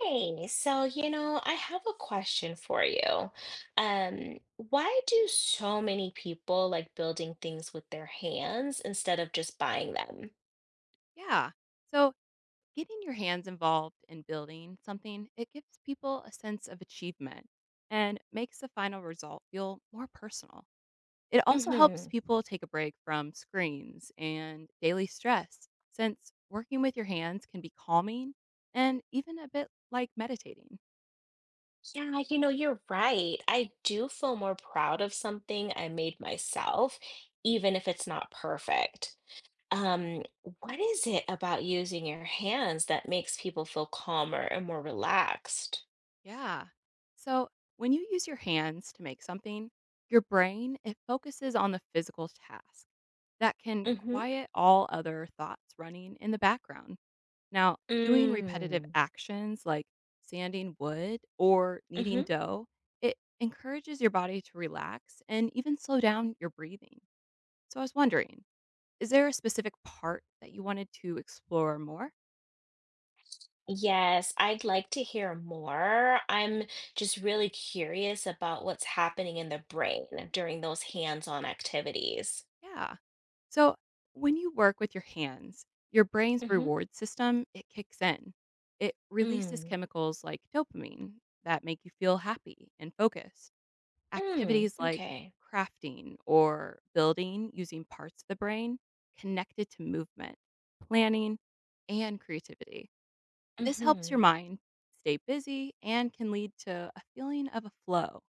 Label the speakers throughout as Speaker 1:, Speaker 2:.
Speaker 1: Hey, so I have a question for you. Why do so many people like building things with their hands instead of just buying them?
Speaker 2: Yeah. So, getting your hands involved in building something, it gives people a sense of achievement and makes the final result feel more personal. It also helps
Speaker 1: Hmm.
Speaker 2: people take a break from screens and daily stress, since working with your hands can be calming and even a bit like meditating.
Speaker 1: Yeah, you're right. I do feel more proud of something I made myself, even if it's not perfect. Um, what is it about using your hands that makes people feel calmer and more relaxed?
Speaker 2: Yeah. So, when you use your hands to make something, your brain it focuses on the physical task that can
Speaker 1: Mm-hmm.
Speaker 2: quiet all other thoughts running in the background. Now, doing repetitive actions like sanding wood or kneading
Speaker 1: Mm-hmm.
Speaker 2: dough, it encourages your body to relax and even slow down your breathing. So I was wondering, is there a specific part that you wanted to explore more?
Speaker 1: Yes, I'd like to hear more. I'm just really curious about what's happening in the brain during those hands-on activities.
Speaker 2: Yeah. So when you work with your hands, your brain's
Speaker 1: Mm-hmm.
Speaker 2: reward system, it kicks in. It releases
Speaker 1: Mm.
Speaker 2: chemicals like dopamine that make you feel happy and focused.
Speaker 1: Mm.
Speaker 2: Activities like
Speaker 1: Okay.
Speaker 2: crafting or building using parts of the brain connected to movement, planning, and creativity. This helps
Speaker 1: Mm-hmm.
Speaker 2: your mind stay busy and can lead to a feeling of a flow.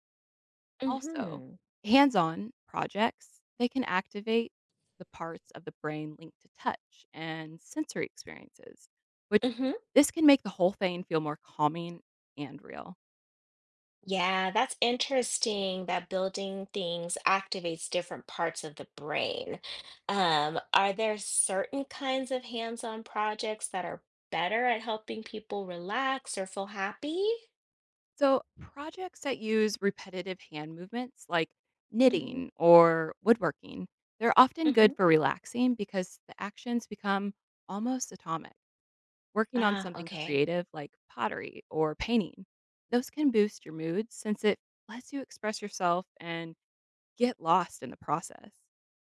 Speaker 2: Also,
Speaker 1: Mm-hmm.
Speaker 2: hands-on projects, they can activate the parts of the brain linked to touch and sensory experiences, which
Speaker 1: Mm-hmm.
Speaker 2: this can make the whole thing feel more calming and real.
Speaker 1: Yeah, that's interesting that building things activates different parts of the brain. Are there certain kinds of hands-on projects that are better at helping people relax or feel happy?
Speaker 2: So, projects that use repetitive hand movements like
Speaker 1: Mm-hmm.
Speaker 2: knitting or woodworking, they're often good for relaxing because the actions become almost atomic. Working on
Speaker 1: Ah,
Speaker 2: something
Speaker 1: okay.
Speaker 2: creative like pottery or painting, those can boost your mood since it lets you express yourself and get lost in the process.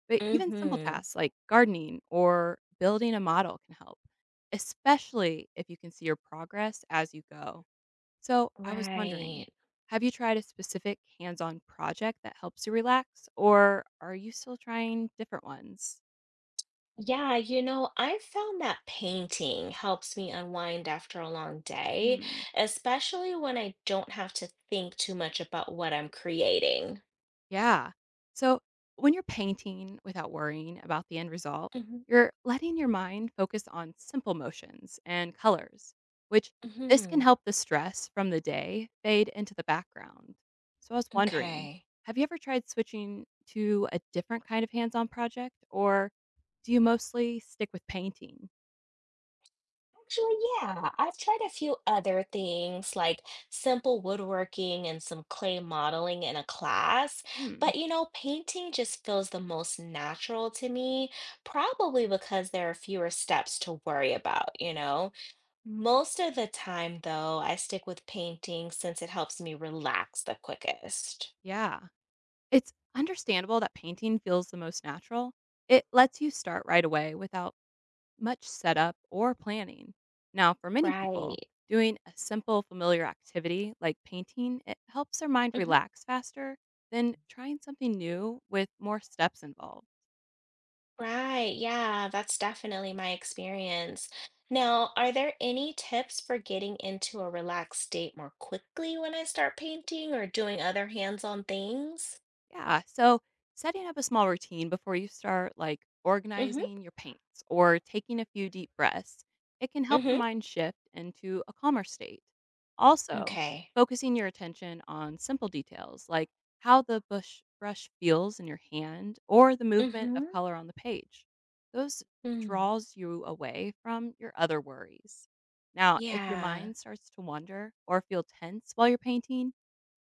Speaker 2: But even simple
Speaker 1: Mm-hmm.
Speaker 2: tasks like gardening or building a model can help, especially if you can see your progress as you go. So I was wondering,
Speaker 1: Right.
Speaker 2: have you tried a specific hands on project that helps you relax, or are you still trying different ones?
Speaker 1: Yeah, I found that painting helps me unwind after a long day,
Speaker 2: Hmm.
Speaker 1: especially when I don't have to think too much about what I'm creating.
Speaker 2: Yeah. So when you're painting without worrying about the end result,
Speaker 1: Mm-hmm.
Speaker 2: you're letting your mind focus on simple motions and colors, which this can
Speaker 1: Mm-hmm.
Speaker 2: help the stress from the day fade into the background. So I was wondering,
Speaker 1: Okay.
Speaker 2: have you ever tried switching to a different kind of hands on project, or do you mostly stick with painting?
Speaker 1: Actually, yeah, I've tried a few other things like simple woodworking and some clay modeling in a class,
Speaker 2: Hmm.
Speaker 1: but painting just feels the most natural to me, probably because there are fewer steps to worry about. Most of the time, though, I stick with painting since it helps me relax the quickest.
Speaker 2: Yeah. It's understandable that painting feels the most natural. It lets you start right away without much setup or planning. Now, for many people,
Speaker 1: Right.
Speaker 2: doing a simple, familiar activity like painting, it helps their mind relax faster than trying something new with more steps involved.
Speaker 1: Right. Yeah, that's definitely my experience. Now, are there any tips for getting into a relaxed state more quickly when I start painting or doing other hands-on things?
Speaker 2: Yeah. So setting up a small routine before you start, like
Speaker 1: Mm-hmm.
Speaker 2: organizing your paints or taking a few deep breaths, it can help your
Speaker 1: Mm-hmm.
Speaker 2: mind shift into a calmer state. Also,
Speaker 1: Okay.
Speaker 2: focusing your attention on simple details like how the bush brush feels in your hand or the movement
Speaker 1: Mm-hmm.
Speaker 2: of color on the page. Those
Speaker 1: Mm.
Speaker 2: draws you away from your other worries. Now, if your
Speaker 1: Yeah.
Speaker 2: mind starts to wander or feel tense while you're painting,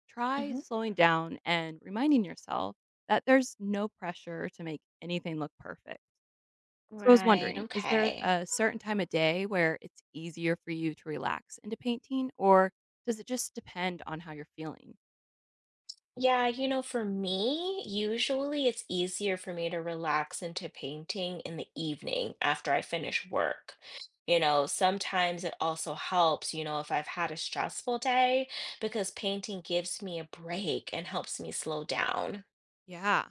Speaker 2: try
Speaker 1: Mm-hmm.
Speaker 2: slowing down and reminding yourself that there's no pressure to make anything look perfect. So I was
Speaker 1: Right.
Speaker 2: wondering, is there
Speaker 1: Okay.
Speaker 2: a certain time of day where it's easier for you to relax into painting, or does it just depend on how you're feeling?
Speaker 1: Yeah, for me, usually it's easier for me to relax into painting in the evening after I finish work. Sometimes it also helps, if I've had a stressful day, because painting gives me a break and helps me slow down.
Speaker 2: Yeah.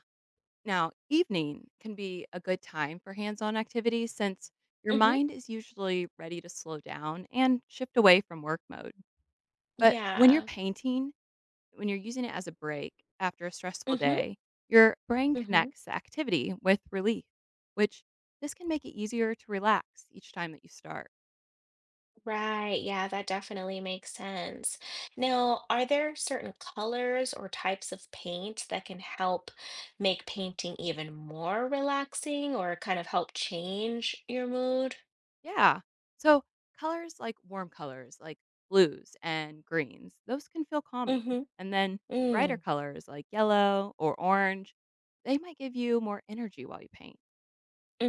Speaker 2: Now, evening can be a good time for hands on activities since your
Speaker 1: Mm-hmm.
Speaker 2: mind is usually ready to slow down and shift away from work mode. But when you're
Speaker 1: Yeah.
Speaker 2: painting, when you're using it as a break after a stressful
Speaker 1: Mm-hmm.
Speaker 2: day, your brain
Speaker 1: Mm-hmm.
Speaker 2: connects the activity with relief, which this can make it easier to relax each time that you start.
Speaker 1: Right, yeah, that definitely makes sense. Now, are there certain colors or types of paint that can help make painting even more relaxing or kind of help change your mood?
Speaker 2: Yeah. So, colors like warm colors, like blues and greens, those can feel calming.
Speaker 1: Mm-hmm.
Speaker 2: And then brighter
Speaker 1: Mm,
Speaker 2: colors like yellow or orange, they might give you more energy while you paint.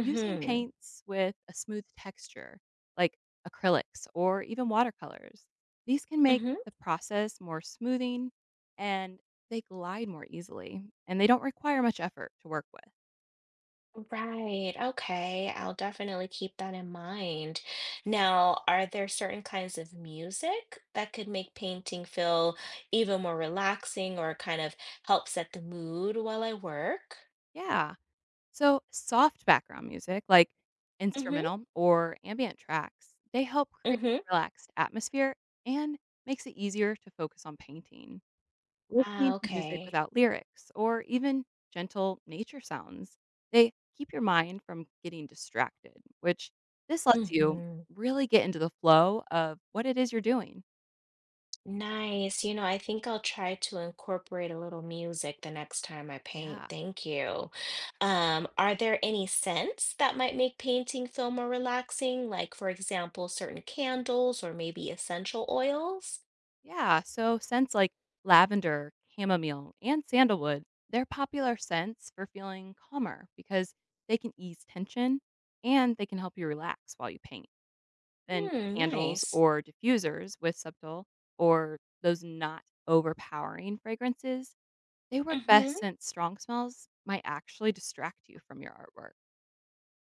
Speaker 2: Using paints with a smooth texture, like acrylics or even watercolors, these can make
Speaker 1: Mm-hmm.
Speaker 2: the process more smoothing and they glide more easily and they don't require much effort to work with.
Speaker 1: Right. Okay. I'll definitely keep that in mind. Now, are there certain kinds of music that could make painting feel even more relaxing or kind of help set the mood while I work?
Speaker 2: Yeah. So, soft background music, like
Speaker 1: Mm-hmm.
Speaker 2: instrumental or ambient tracks, they help create
Speaker 1: Mm-hmm.
Speaker 2: a relaxed atmosphere and makes it easier to focus on painting.
Speaker 1: Ah,
Speaker 2: Listening to music
Speaker 1: okay.
Speaker 2: without lyrics or even gentle nature sounds, they keep your mind from getting distracted, which this lets you
Speaker 1: Mm-hmm.
Speaker 2: really get into the flow of what it is you're doing.
Speaker 1: Nice. I think I'll try to incorporate a little music the next time I paint.
Speaker 2: Yeah.
Speaker 1: Thank you. Are there any scents that might make painting feel more relaxing? Like, for example, certain candles or maybe essential oils?
Speaker 2: Yeah, so scents like lavender, chamomile, and sandalwood, they're popular scents for feeling calmer because they can ease tension and they can help you relax while you paint. And
Speaker 1: Hmm,
Speaker 2: candles
Speaker 1: nice.
Speaker 2: or diffusers with subtle or those not overpowering fragrances, they work best
Speaker 1: Mm-hmm.
Speaker 2: since strong smells might actually distract you from your artwork.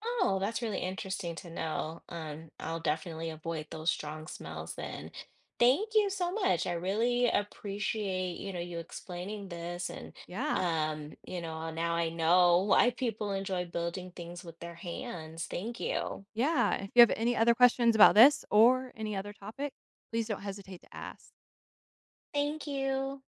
Speaker 1: Oh, that's really interesting to know. I'll definitely avoid those strong smells then. Thank you so much. I really appreciate you explaining this and
Speaker 2: Yeah.
Speaker 1: now I know why people enjoy building things with their hands. Thank you.
Speaker 2: Yeah. If you have any other questions about this or any other topic, please don't hesitate to ask.
Speaker 1: Thank you.